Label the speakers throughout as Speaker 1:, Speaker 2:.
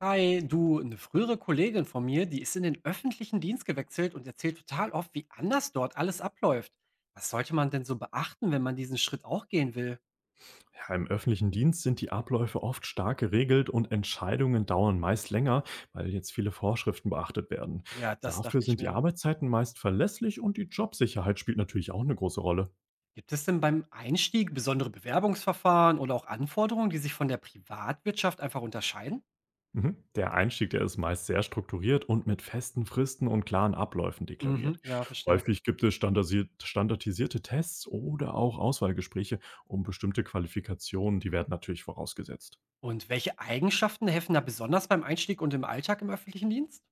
Speaker 1: Hi, du, eine frühere Kollegin von mir, die ist in den öffentlichen Dienst gewechselt und erzählt total oft, wie anders dort alles abläuft. Was sollte man denn so beachten, wenn man diesen Schritt auch gehen will?
Speaker 2: Ja, im öffentlichen Dienst sind die Abläufe oft stark geregelt und Entscheidungen dauern meist länger, weil jetzt viele Vorschriften beachtet werden.
Speaker 1: Ja, das
Speaker 2: Dafür
Speaker 1: dachte ich
Speaker 2: sind die
Speaker 1: mir.
Speaker 2: Arbeitszeiten meist verlässlich und die Jobsicherheit spielt natürlich auch eine große Rolle.
Speaker 1: Gibt es denn beim Einstieg besondere Bewerbungsverfahren oder auch Anforderungen, die sich von der Privatwirtschaft einfach unterscheiden?
Speaker 2: Mhm. Der Einstieg, der ist meist sehr strukturiert und mit festen Fristen und klaren Abläufen
Speaker 1: Mhm,
Speaker 2: deklariert.
Speaker 1: ja, verstehe.
Speaker 2: Häufig gibt es standardisierte Tests oder auch Auswahlgespräche um bestimmte Qualifikationen, die werden natürlich vorausgesetzt.
Speaker 1: Und welche Eigenschaften helfen da besonders beim Einstieg und im Alltag im öffentlichen Dienst?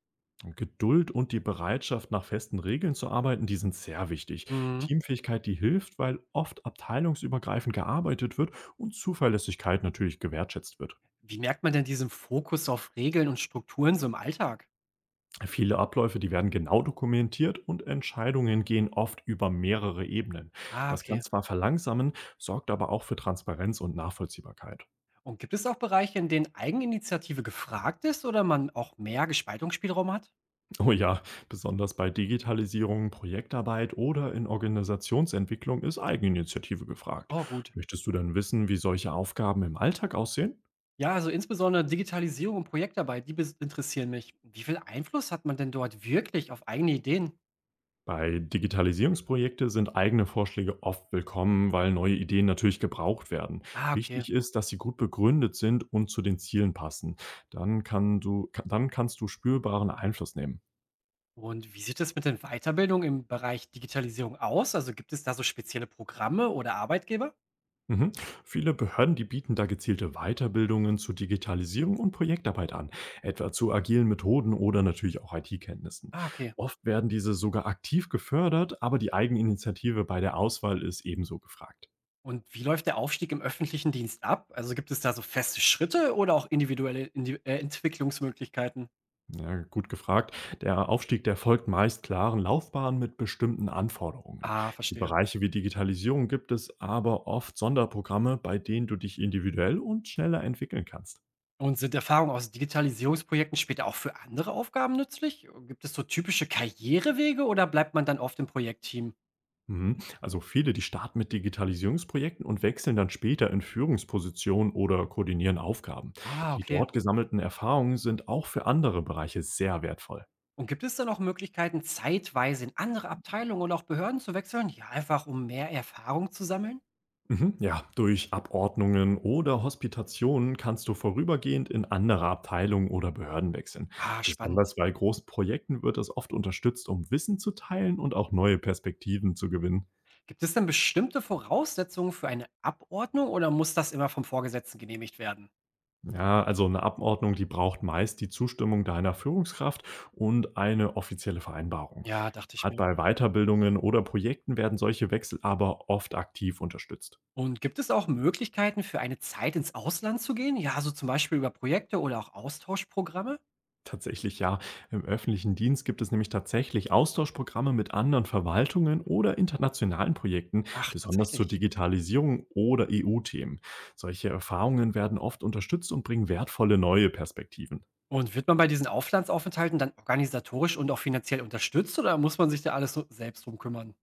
Speaker 2: Geduld und die Bereitschaft, nach festen Regeln zu arbeiten, die sind sehr wichtig.
Speaker 1: Mhm.
Speaker 2: Teamfähigkeit, die hilft, weil oft abteilungsübergreifend gearbeitet wird und Zuverlässigkeit natürlich gewertschätzt wird.
Speaker 1: Wie merkt man denn diesen Fokus auf Regeln und Strukturen so im Alltag?
Speaker 2: Viele Abläufe, die werden genau dokumentiert und Entscheidungen gehen oft über mehrere Ebenen.
Speaker 1: Ah,
Speaker 2: Das kann
Speaker 1: okay.
Speaker 2: zwar verlangsamen, sorgt aber auch für Transparenz und Nachvollziehbarkeit.
Speaker 1: Und gibt es auch Bereiche, in denen Eigeninitiative gefragt ist oder man auch mehr Gestaltungsspielraum hat?
Speaker 2: Oh ja, besonders bei Digitalisierung, Projektarbeit oder in Organisationsentwicklung ist Eigeninitiative gefragt.
Speaker 1: Oh, gut.
Speaker 2: Möchtest du dann wissen, wie solche Aufgaben im Alltag aussehen?
Speaker 1: Ja, also insbesondere Digitalisierung und Projektarbeit, interessieren mich. Wie viel Einfluss hat man denn dort wirklich auf eigene Ideen?
Speaker 2: Bei Digitalisierungsprojekte sind eigene Vorschläge oft willkommen, weil neue Ideen natürlich gebraucht werden.
Speaker 1: Ah, okay.
Speaker 2: Wichtig ist, dass sie gut begründet sind und zu den Zielen passen. Dann kannst du spürbaren Einfluss nehmen.
Speaker 1: Und wie sieht es mit den Weiterbildungen im Bereich Digitalisierung aus? Also gibt es da so spezielle Programme oder Arbeitgeber?
Speaker 2: Mhm. Viele Behörden, die bieten da gezielte Weiterbildungen zu Digitalisierung und Projektarbeit an, etwa zu agilen Methoden oder natürlich auch IT-Kenntnissen.
Speaker 1: Ah, okay.
Speaker 2: Oft werden diese sogar aktiv gefördert, aber die Eigeninitiative bei der Auswahl ist ebenso gefragt.
Speaker 1: Und wie läuft der Aufstieg im öffentlichen Dienst ab? Also gibt es da so feste Schritte oder auch individuelle Indi Entwicklungsmöglichkeiten?
Speaker 2: Ja, gut gefragt. Der Aufstieg, der folgt meist klaren Laufbahnen mit bestimmten Anforderungen.
Speaker 1: Ah,
Speaker 2: Die
Speaker 1: verstehe.
Speaker 2: Bereiche wie Digitalisierung gibt es aber oft Sonderprogramme, bei denen du dich individuell und schneller entwickeln kannst.
Speaker 1: Und sind Erfahrungen aus Digitalisierungsprojekten später auch für andere Aufgaben nützlich? Gibt es so typische Karrierewege oder bleibt man dann oft im Projektteam?
Speaker 2: Mhm. Also viele, die starten mit Digitalisierungsprojekten und wechseln dann später in Führungspositionen oder koordinieren Aufgaben.
Speaker 1: Ah,
Speaker 2: Die
Speaker 1: okay.
Speaker 2: dort gesammelten Erfahrungen sind auch für andere Bereiche sehr wertvoll.
Speaker 1: Und gibt es dann auch Möglichkeiten, zeitweise in andere Abteilungen oder auch Behörden zu wechseln? Ja, einfach um mehr Erfahrung zu sammeln?
Speaker 2: Mhm. Ja, durch Abordnungen oder Hospitationen kannst du vorübergehend in andere Abteilungen oder Behörden wechseln.
Speaker 1: Ah, spannend.
Speaker 2: Besonders bei großen Projekten wird das oft unterstützt, um Wissen zu teilen und auch neue Perspektiven zu gewinnen.
Speaker 1: Gibt es denn bestimmte Voraussetzungen für eine Abordnung oder muss das immer vom Vorgesetzten genehmigt werden?
Speaker 2: Ja, also eine Abordnung, die braucht meist die Zustimmung deiner Führungskraft und eine offizielle Vereinbarung.
Speaker 1: Ja, dachte ich
Speaker 2: Grad
Speaker 1: mir.
Speaker 2: bei Weiterbildungen oder Projekten werden solche Wechsel aber oft aktiv unterstützt.
Speaker 1: Und gibt es auch Möglichkeiten, für eine Zeit ins Ausland zu gehen? Ja, so zum Beispiel über Projekte oder auch Austauschprogramme?
Speaker 2: Tatsächlich ja. Im öffentlichen Dienst gibt es nämlich tatsächlich Austauschprogramme mit anderen Verwaltungen oder internationalen Projekten,
Speaker 1: Ach,
Speaker 2: besonders zur
Speaker 1: tatsächlich.
Speaker 2: Digitalisierung oder EU-Themen. Solche Erfahrungen werden oft unterstützt und bringen wertvolle neue Perspektiven.
Speaker 1: Und wird man bei diesen Auslandsaufenthalten dann organisatorisch und auch finanziell unterstützt oder muss man sich da alles so selbst drum kümmern?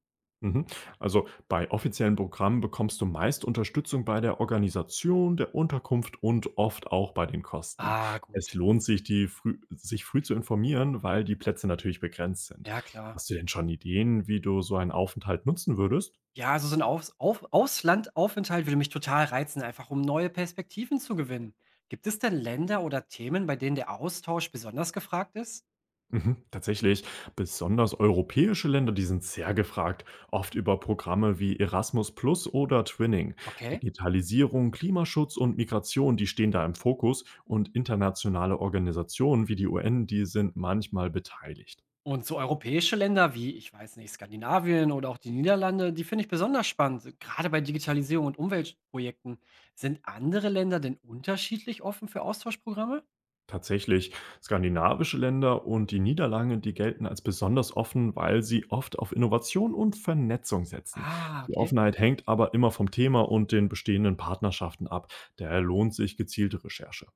Speaker 2: Mhm. Also bei offiziellen Programmen bekommst du meist Unterstützung bei der Organisation, der Unterkunft und oft auch bei den Kosten.
Speaker 1: Ah,
Speaker 2: Es
Speaker 1: gut.
Speaker 2: lohnt sich, sich früh zu informieren, weil die Plätze natürlich begrenzt sind.
Speaker 1: Ja, klar.
Speaker 2: Hast du denn schon Ideen, wie du so einen Aufenthalt nutzen würdest?
Speaker 1: Ja, also so ein Auslandaufenthalt würde mich total reizen, einfach um neue Perspektiven zu gewinnen. Gibt es denn Länder oder Themen, bei denen der Austausch besonders gefragt ist?
Speaker 2: Mhm, tatsächlich. Besonders europäische Länder, die sind sehr gefragt, oft über Programme wie Erasmus Plus oder Twinning.
Speaker 1: Okay.
Speaker 2: Digitalisierung, Klimaschutz und Migration, die stehen da im Fokus und internationale Organisationen wie die UN, die sind manchmal beteiligt.
Speaker 1: Und so europäische Länder wie, ich weiß nicht, Skandinavien oder auch die Niederlande, die finde ich besonders spannend. So, gerade bei Digitalisierung und Umweltprojekten. Sind andere Länder denn unterschiedlich offen für Austauschprogramme?
Speaker 2: Tatsächlich, skandinavische Länder und die Niederlande, die gelten als besonders offen, weil sie oft auf Innovation und Vernetzung setzen.
Speaker 1: Ah,
Speaker 2: Die
Speaker 1: okay.
Speaker 2: Offenheit hängt aber immer vom Thema und den bestehenden Partnerschaften ab. Daher lohnt sich gezielte Recherche.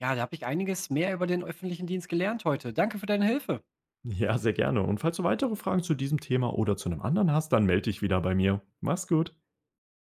Speaker 1: Ja, da habe ich einiges mehr über den öffentlichen Dienst gelernt heute. Danke für deine Hilfe.
Speaker 2: Ja, sehr gerne. Und falls du weitere Fragen zu diesem Thema oder zu einem anderen hast, dann melde dich wieder bei mir. Mach's gut.